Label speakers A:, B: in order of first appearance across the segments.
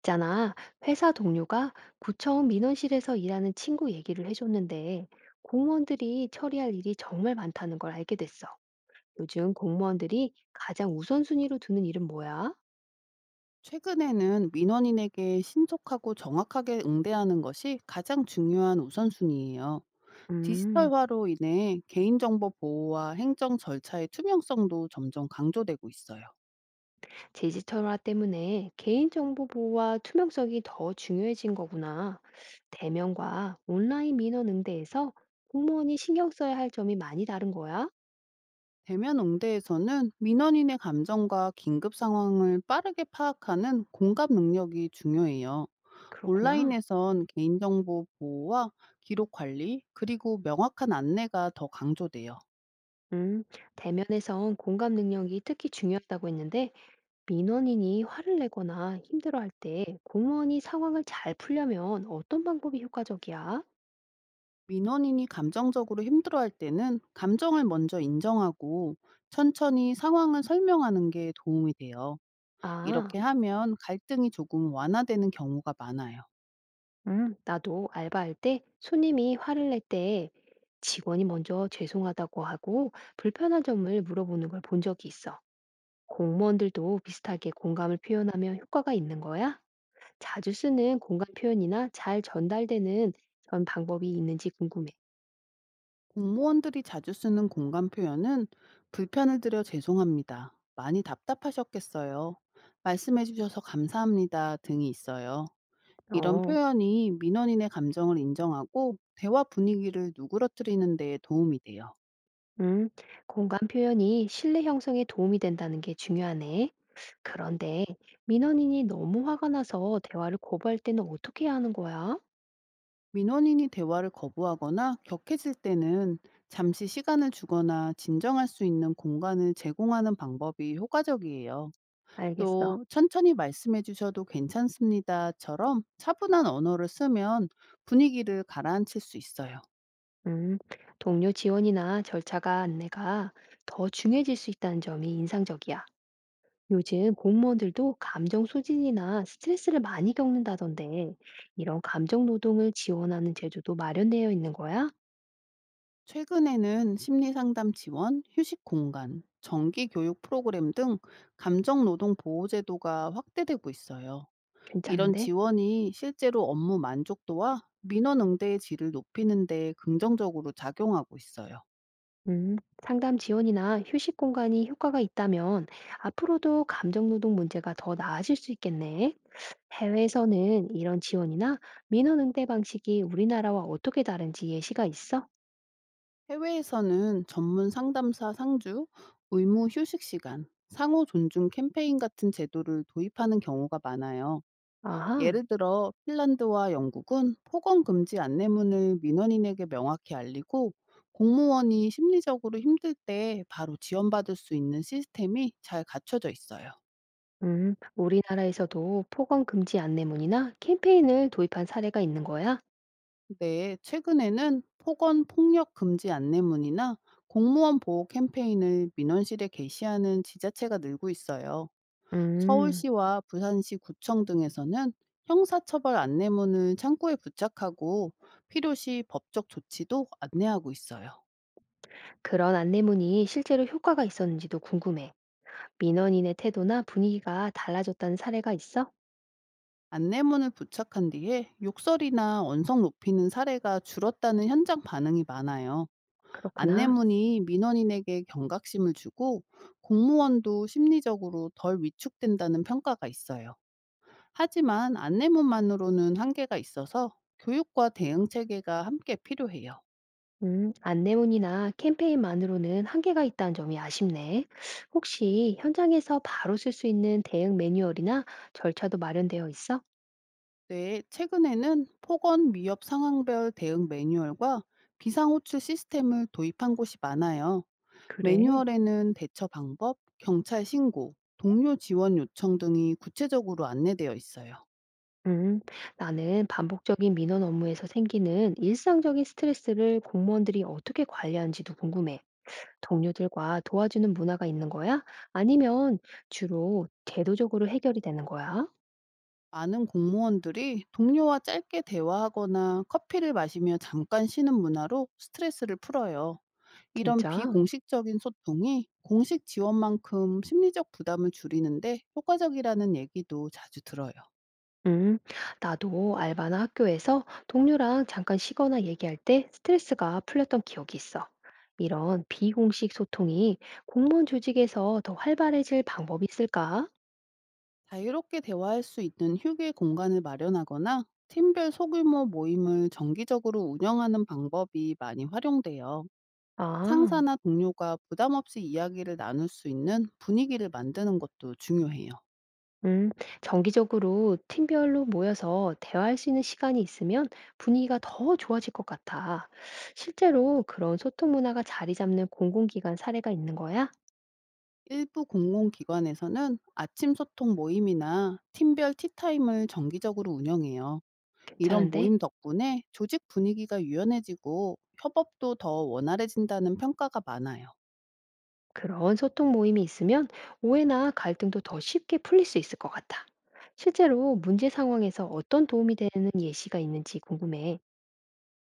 A: 있잖아, 회사 동료가 구청 민원실에서 일하는 친구 얘기를 해줬는데, 공무원들이 처리할 일이 정말 많다는 걸 알게 됐어. 요즘 공무원들이 가장 우선순위로 두는 일은 뭐야?
B: 최근에는 민원인에게 신속하고 정확하게 응대하는 것이 가장 중요한 우선순위예요.
A: 음,
B: 디지털화로 인해 개인정보 보호와 행정 절차의 투명성도 점점 강조되고 있어요.
A: 디지털화 때문에 개인정보 보호와 투명성이 더 중요해진 거구나. 대면과 온라인 민원 응대에서 공무원이 신경 써야 할 점이 많이 다른 거야?
B: 대면 응대에서는 민원인의 감정과 긴급 상황을 빠르게 파악하는 공감 능력이 중요해요.
A: 그렇구나.
B: 온라인에선 개인정보 보호와 기록 관리, 그리고 명확한 안내가 더 강조돼요.
A: 음, 대면에선 공감 능력이 특히 중요하다고 했는데, 민원인이 화를 내거나 힘들어할 때 공무원이 상황을 잘 풀려면 어떤 방법이 효과적이야?
B: 민원인이 감정적으로 힘들어할 때는 감정을 먼저 인정하고 천천히 상황을 설명하는 게 도움이 돼요.
A: 아,
B: 이렇게 하면 갈등이 조금 완화되는 경우가 많아요.
A: 나도 알바할 때 손님이 화를 낼 때 직원이 먼저 죄송하다고 하고 불편한 점을 물어보는 걸 본 적이 있어. 공무원들도 비슷하게 공감을 표현하면 효과가 있는 거야? 자주 쓰는 공감 표현이나 잘 전달되는 전 방법이 있는지 궁금해.
B: 공무원들이 자주 쓰는 공감 표현은 불편을 드려 죄송합니다, 많이 답답하셨겠어요, 말씀해 주셔서 감사합니다 등이 있어요. 이런
A: 어.
B: 표현이 민원인의 감정을 인정하고 대화 분위기를 누그러뜨리는 데 도움이 돼요.
A: 음, 공간 표현이 신뢰 형성에 도움이 된다는 게 중요하네. 그런데 민원인이 너무 화가 나서 대화를 고발 때는 어떻게 해야 하는 거야?
B: 민원인이 대화를 거부하거나 격해질 때는 잠시 시간을 주거나 진정할 수 있는 공간을 제공하는 방법이 효과적이에요.
A: 알겠어.
B: 또 천천히 말씀해 주셔도 괜찮습니다처럼 차분한 언어를 쓰면 분위기를 가라앉힐 수 있어요.
A: 음, 동료 지원이나 절차가 안내가 더 중요해질 수 있다는 점이 인상적이야. 요즘 공무원들도 감정 소진이나 스트레스를 많이 겪는다던데 이런 감정 노동을 지원하는 제도도 마련되어 있는 거야?
B: 최근에는 심리 상담 지원, 휴식 공간, 정기 교육 프로그램 등 감정 노동 보호 제도가 확대되고 있어요. 이런
A: 괜찮은데?
B: 지원이 실제로 업무 만족도와 민원 응대의 질을 높이는 데 긍정적으로 작용하고 있어요.
A: 음, 상담 지원이나 휴식 공간이 효과가 있다면 앞으로도 감정노동 문제가 더 나아질 수 있겠네. 해외에서는 이런 지원이나 민원 응대 방식이 우리나라와 어떻게 다른지 예시가 있어?
B: 해외에서는 전문 상담사 상주, 의무 휴식 시간, 상호 존중 캠페인 같은 제도를 도입하는 경우가 많아요.
A: 아하,
B: 예를 들어 핀란드와 영국은 폭언 금지 안내문을 민원인에게 명확히 알리고, 공무원이 심리적으로 힘들 때 바로 지원받을 수 있는 시스템이 잘 갖춰져 있어요.
A: 우리나라에서도 폭언 금지 안내문이나 캠페인을 도입한 사례가 있는 거야?
B: 네, 최근에는 폭언 폭력 금지 안내문이나 공무원 보호 캠페인을 민원실에 게시하는 지자체가 늘고 있어요.
A: 음,
B: 서울시와 부산시 구청 등에서는 형사처벌 안내문을 창구에 부착하고, 필요시 법적 조치도 안내하고 있어요.
A: 그런 안내문이 실제로 효과가 있었는지도 궁금해. 민원인의 태도나 분위기가 달라졌다는 사례가 있어?
B: 안내문을 부착한 뒤에 욕설이나 언성 높이는 사례가 줄었다는 현장 반응이 많아요.
A: 그렇구나.
B: 안내문이 민원인에게 경각심을 주고, 공무원도 심리적으로 덜 위축된다는 평가가 있어요. 하지만 안내문만으로는 한계가 있어서 교육과 대응 체계가 함께 필요해요.
A: 안내문이나 캠페인만으로는 한계가 있다는 점이 아쉽네. 혹시 현장에서 바로 쓸 수 있는 대응 매뉴얼이나 절차도 마련되어 있어?
B: 네, 최근에는 폭언 위협 상황별 대응 매뉴얼과 비상호출 시스템을 도입한 곳이 많아요.
A: 그래.
B: 매뉴얼에는 대처 방법, 경찰 신고, 동료 지원 요청 등이 구체적으로 안내되어 있어요.
A: 음, 나는 반복적인 민원 업무에서 생기는 일상적인 스트레스를 공무원들이 어떻게 관리하는지도 궁금해. 동료들과 도와주는 문화가 있는 거야? 아니면 주로 제도적으로 해결이 되는 거야?
B: 많은 공무원들이 동료와 짧게 대화하거나 커피를 마시며 잠깐 쉬는 문화로 스트레스를 풀어요. 이런
A: 진짜?
B: 비공식적인 소통이 공식 지원만큼 심리적 부담을 줄이는데 효과적이라는 얘기도 자주 들어요.
A: 음, 나도 알바나 학교에서 동료랑 잠깐 쉬거나 얘기할 때 스트레스가 풀렸던 기억이 있어. 이런 비공식 소통이 공무원 조직에서 더 활발해질 방법이 있을까?
B: 자유롭게 대화할 수 있는 휴게 공간을 마련하거나 팀별 소규모 모임을 정기적으로 운영하는 방법이 많이 활용돼요.
A: 아,
B: 상사나 동료가 부담 없이 이야기를 나눌 수 있는 분위기를 만드는 것도 중요해요.
A: 음, 정기적으로 팀별로 모여서 대화할 수 있는 시간이 있으면 분위기가 더 좋아질 것 같아. 실제로 그런 소통 문화가 자리 잡는 공공기관 사례가 있는 거야?
B: 일부 공공기관에서는 아침 소통 모임이나 팀별 티타임을 정기적으로 운영해요. 이런
A: 괜찮은데?
B: 모임 덕분에 조직 분위기가 유연해지고, 협업도 더 원활해진다는 평가가 많아요.
A: 그런 소통 모임이 있으면 오해나 갈등도 더 쉽게 풀릴 수 있을 것 같아. 실제로 문제 상황에서 어떤 도움이 되는 예시가 있는지 궁금해.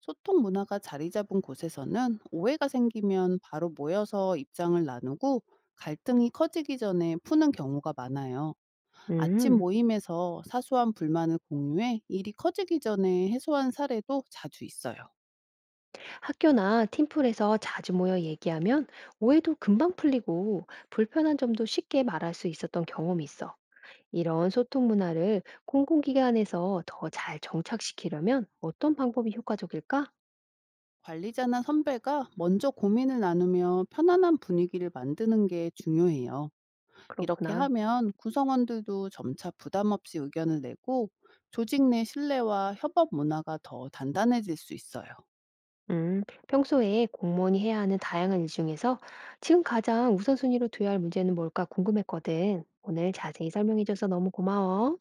B: 소통 문화가 자리 잡은 곳에서는 오해가 생기면 바로 모여서 입장을 나누고, 갈등이 커지기 전에 푸는 경우가 많아요. 아침
A: 음,
B: 모임에서 사소한 불만을 공유해 일이 커지기 전에 해소한 사례도 자주 있어요.
A: 학교나 팀플에서 자주 모여 얘기하면 오해도 금방 풀리고 불편한 점도 쉽게 말할 수 있었던 경험이 있어. 이런 소통 문화를 공공기관에서 더 잘 정착시키려면 어떤 방법이 효과적일까?
B: 관리자나 선배가 먼저 고민을 나누며 편안한 분위기를 만드는 게 중요해요. 이렇게
A: 그렇구나.
B: 하면 구성원들도 점차 부담 없이 의견을 내고, 조직 내 신뢰와 협업 문화가 더 단단해질 수 있어요.
A: 평소에 공무원이 해야 하는 다양한 일 중에서 지금 가장 우선순위로 둬야 할 문제는 뭘까 궁금했거든. 오늘 자세히 설명해줘서 너무 고마워.